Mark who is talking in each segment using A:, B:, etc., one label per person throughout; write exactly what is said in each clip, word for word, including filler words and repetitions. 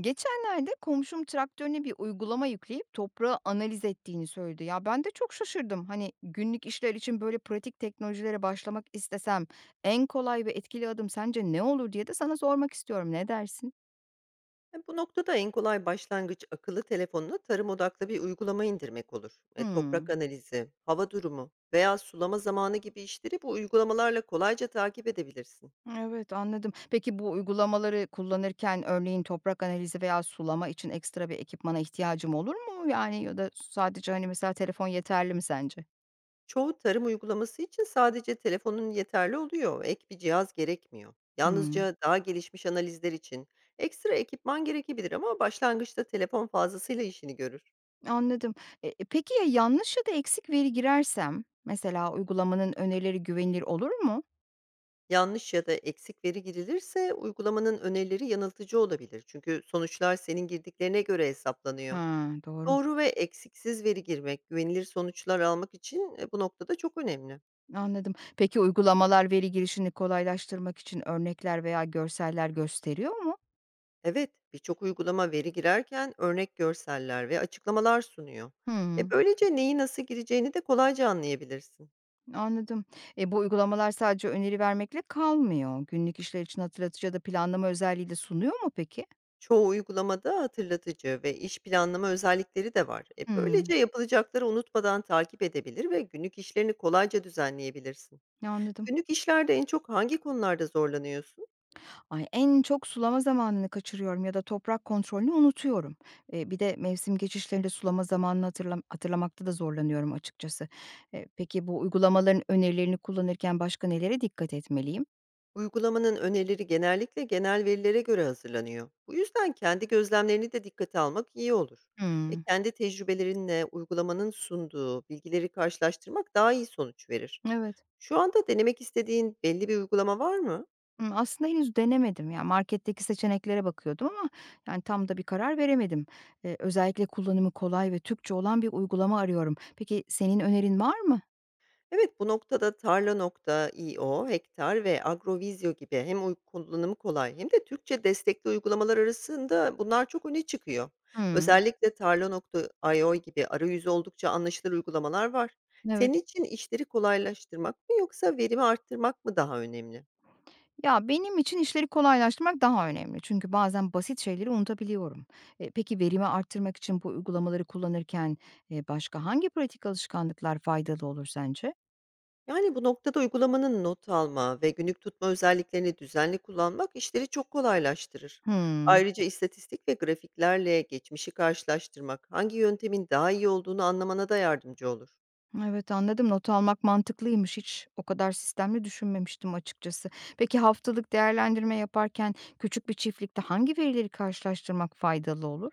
A: Geçenlerde komşum traktörüne bir uygulama yükleyip toprağı analiz ettiğini söyledi. Ya ben de çok şaşırdım. Hani günlük işler için böyle pratik teknolojilere başlamak istesem en kolay ve etkili adım sence ne olur diye de sana sormak istiyorum. Ne dersin?
B: E, Bu noktada en kolay başlangıç akıllı telefonuna tarım odaklı bir uygulama indirmek olur. E, toprak
A: Hmm.
B: analizi, hava durumu veya sulama zamanı gibi işleri bu uygulamalarla kolayca takip edebilirsin.
A: Evet, anladım. Peki bu uygulamaları kullanırken örneğin toprak analizi veya sulama için ekstra bir ekipmana ihtiyacım olur mu? Yani ya da sadece hani mesela telefon yeterli mi sence?
B: Çoğu tarım uygulaması için sadece telefonun yeterli oluyor, ek bir cihaz gerekmiyor.
A: Hmm.
B: Yalnızca daha gelişmiş analizler için ekstra ekipman gerekebilir ama başlangıçta telefon fazlasıyla işini görür.
A: Anladım. E, e, peki ya yanlış ya da eksik veri girersem? Mesela uygulamanın önerileri güvenilir olur mu?
B: Yanlış ya da eksik veri girilirse uygulamanın önerileri yanıltıcı olabilir. Çünkü sonuçlar senin girdiklerine göre hesaplanıyor.
A: Ha, doğru.
B: Doğru ve eksiksiz veri girmek, güvenilir sonuçlar almak için e, bu noktada çok önemli.
A: Anladım. Peki uygulamalar veri girişini kolaylaştırmak için örnekler veya görseller gösteriyor mu?
B: Evet, birçok uygulama veri girerken örnek görseller ve açıklamalar sunuyor. E
A: Hmm,
B: böylece neyi nasıl gireceğini de kolayca anlayabilirsin.
A: anladım. E, bu uygulamalar sadece öneri vermekle kalmıyor. Günlük işler için hatırlatıcı ya da planlama özelliği de sunuyor mu peki?
B: Çoğu uygulamada hatırlatıcı ve iş planlama özellikleri de var. E
A: Hmm,
B: böylece yapılacakları unutmadan takip edebilir ve günlük işlerini kolayca düzenleyebilirsin.
A: anladım.
B: Günlük işlerde en çok hangi konularda zorlanıyorsun?
A: Ay, en çok sulama zamanını kaçırıyorum ya da toprak kontrolünü unutuyorum. Eee, bir de mevsim geçişlerinde sulama zamanını hatırlam hatırlamakta da zorlanıyorum açıkçası. Eee, peki bu uygulamaların önerilerini kullanırken başka nelere dikkat etmeliyim?
B: Uygulamanın önerileri genellikle genel verilere göre hazırlanıyor. Bu yüzden kendi gözlemlerini de dikkate almak iyi olur. E
A: Hımm.
B: kendi tecrübelerinle uygulamanın sunduğu bilgileri karşılaştırmak daha iyi sonuç verir.
A: Evet.
B: Şu anda denemek istediğin belli bir uygulama var mı?
A: Hımm, aslında henüz denemedim. Ya, marketteki seçeneklere bakıyordum ama, yani, tam da bir karar veremedim. Eee, özellikle kullanımı kolay ve Türkçe olan bir uygulama arıyorum. Peki senin önerin var mı?
B: Evet, bu noktada tarla nokta i o, Hektar ve Agrovizyo gibi hem uy- kullanımı kolay hem de Türkçe destekli uygulamalar arasında bunlar çok öne çıkıyor.
A: Hımm.
B: Özellikle tarla nokta i o gibi arayüzü oldukça anlaşılır uygulamalar var. Senin
A: Evet.
B: için işleri kolaylaştırmak mı yoksa verimi arttırmak mı daha önemli?
A: Ya, benim için işleri kolaylaştırmak daha önemli. Çünkü bazen basit şeyleri unutabiliyorum. E, peki verimi arttırmak için bu uygulamaları kullanırken, eee, başka hangi pratik alışkanlıklar faydalı olur sence?
B: Yani bu noktada uygulamanın not alma ve günlük tutma özelliklerini düzenli kullanmak işleri çok kolaylaştırır.
A: Hımm.
B: Ayrıca istatistik ve grafiklerle geçmişi karşılaştırmak hangi yöntemin daha iyi olduğunu anlamana da yardımcı olur.
A: Evet, anladım. Not almak mantıklıymış. Hiç o kadar sistemli düşünmemiştim açıkçası. Peki haftalık değerlendirme yaparken küçük bir çiftlikte hangi verileri karşılaştırmak faydalı olur?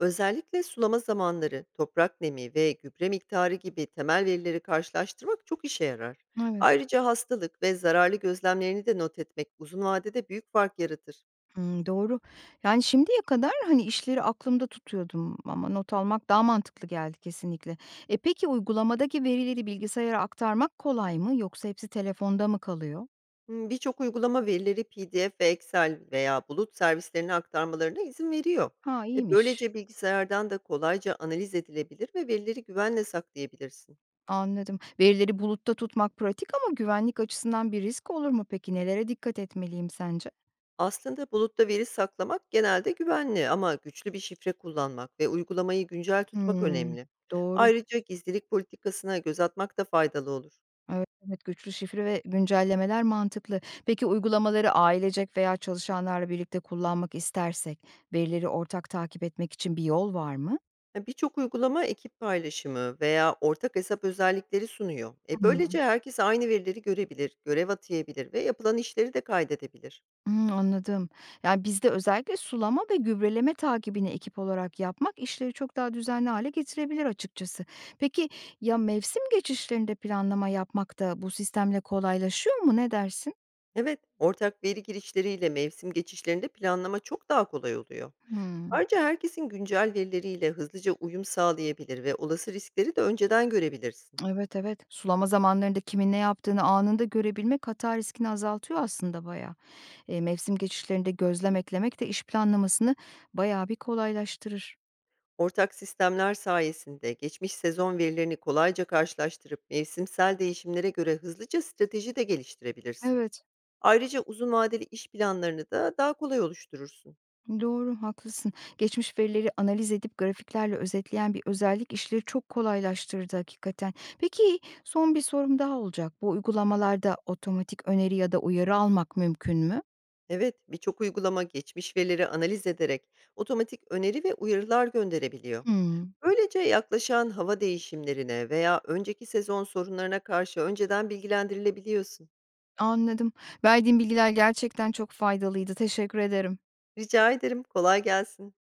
B: Özellikle sulama zamanları, toprak nemi ve gübre miktarı gibi temel verileri karşılaştırmak çok işe yarar.
A: Evet.
B: Ayrıca hastalık ve zararlı gözlemlerini de not etmek uzun vadede büyük fark yaratır.
A: Hımm, doğru. Yani, şimdiye kadar, hani, işleri aklımda tutuyordum ama not almak daha mantıklı geldi kesinlikle. E, peki uygulamadaki verileri bilgisayara aktarmak kolay mı yoksa hepsi telefonda mı kalıyor?
B: Imm, birçok uygulama verileri P D F ve Excel veya bulut servislerine aktarmalarına izin veriyor.
A: Ha,
B: E,
A: iyiymiş.
B: böylece bilgisayardan da kolayca analiz edilebilir ve verileri güvenle saklayabilirsin.
A: Anladım. Verileri bulutta tutmak pratik ama güvenlik açısından bir risk olur mu peki? Nelere dikkat etmeliyim sence?
B: Aslında bulutta veri saklamak genelde güvenli ama güçlü bir şifre kullanmak ve uygulamayı güncel tutmak
A: Hımm,
B: önemli.
A: doğru.
B: Ayrıca gizlilik politikasına göz atmak da faydalı olur.
A: Evet, evet, güçlü şifre ve güncellemeler mantıklı. Peki uygulamaları ailecek veya çalışanlarla birlikte kullanmak istersek, verileri ortak takip etmek için bir yol var mı?
B: E, Birçok uygulama ekip paylaşımı veya ortak hesap özellikleri sunuyor. E
A: Hımm.
B: böylece herkes aynı verileri görebilir, görev atayabilir ve yapılan işleri de kaydedebilir.
A: Hımm, anladım. Yani, bizde özellikle sulama ve gübreleme takibini ekip olarak yapmak işleri çok daha düzenli hale getirebilir açıkçası. Peki ya mevsim geçişlerinde planlama yapmak da bu sistemle kolaylaşıyor mu? Ne dersin?
B: Evet, ortak veri girişleriyle mevsim geçişlerinde planlama çok daha kolay oluyor.
A: Hımm.
B: Ayrıca herkesin güncel verileriyle hızlıca uyum sağlayabilir ve olası riskleri de önceden görebilirsin.
A: Evet, evet. Sulama zamanlarında kimin ne yaptığını anında görebilmek hata riskini azaltıyor aslında bayağı. Eee, mevsim geçişlerinde gözlem eklemek de iş planlamasını bayağı bir kolaylaştırır.
B: Ortak sistemler sayesinde geçmiş sezon verilerini kolayca karşılaştırıp mevsimsel değişimlere göre hızlıca strateji de geliştirebilirsin.
A: Evet,
B: Ayrıca uzun vadeli iş planlarını da daha kolay oluşturursun.
A: doğru, haklısın. Geçmiş verileri analiz edip grafiklerle özetleyen bir özellik işleri çok kolaylaştırdı hakikaten. Peki son bir sorum daha olacak. Bu uygulamalarda otomatik öneri ya da uyarı almak mümkün mü?
B: Evet, birçok uygulama geçmiş verileri analiz ederek otomatik öneri ve uyarılar gönderebiliyor.
A: Hımm,
B: Böylece yaklaşan hava değişimlerine veya önceki sezon sorunlarına karşı önceden bilgilendirilebiliyorsun.
A: anladım. Verdiğin bilgiler gerçekten çok faydalıydı. Teşekkür ederim.
B: Rica ederim, kolay gelsin.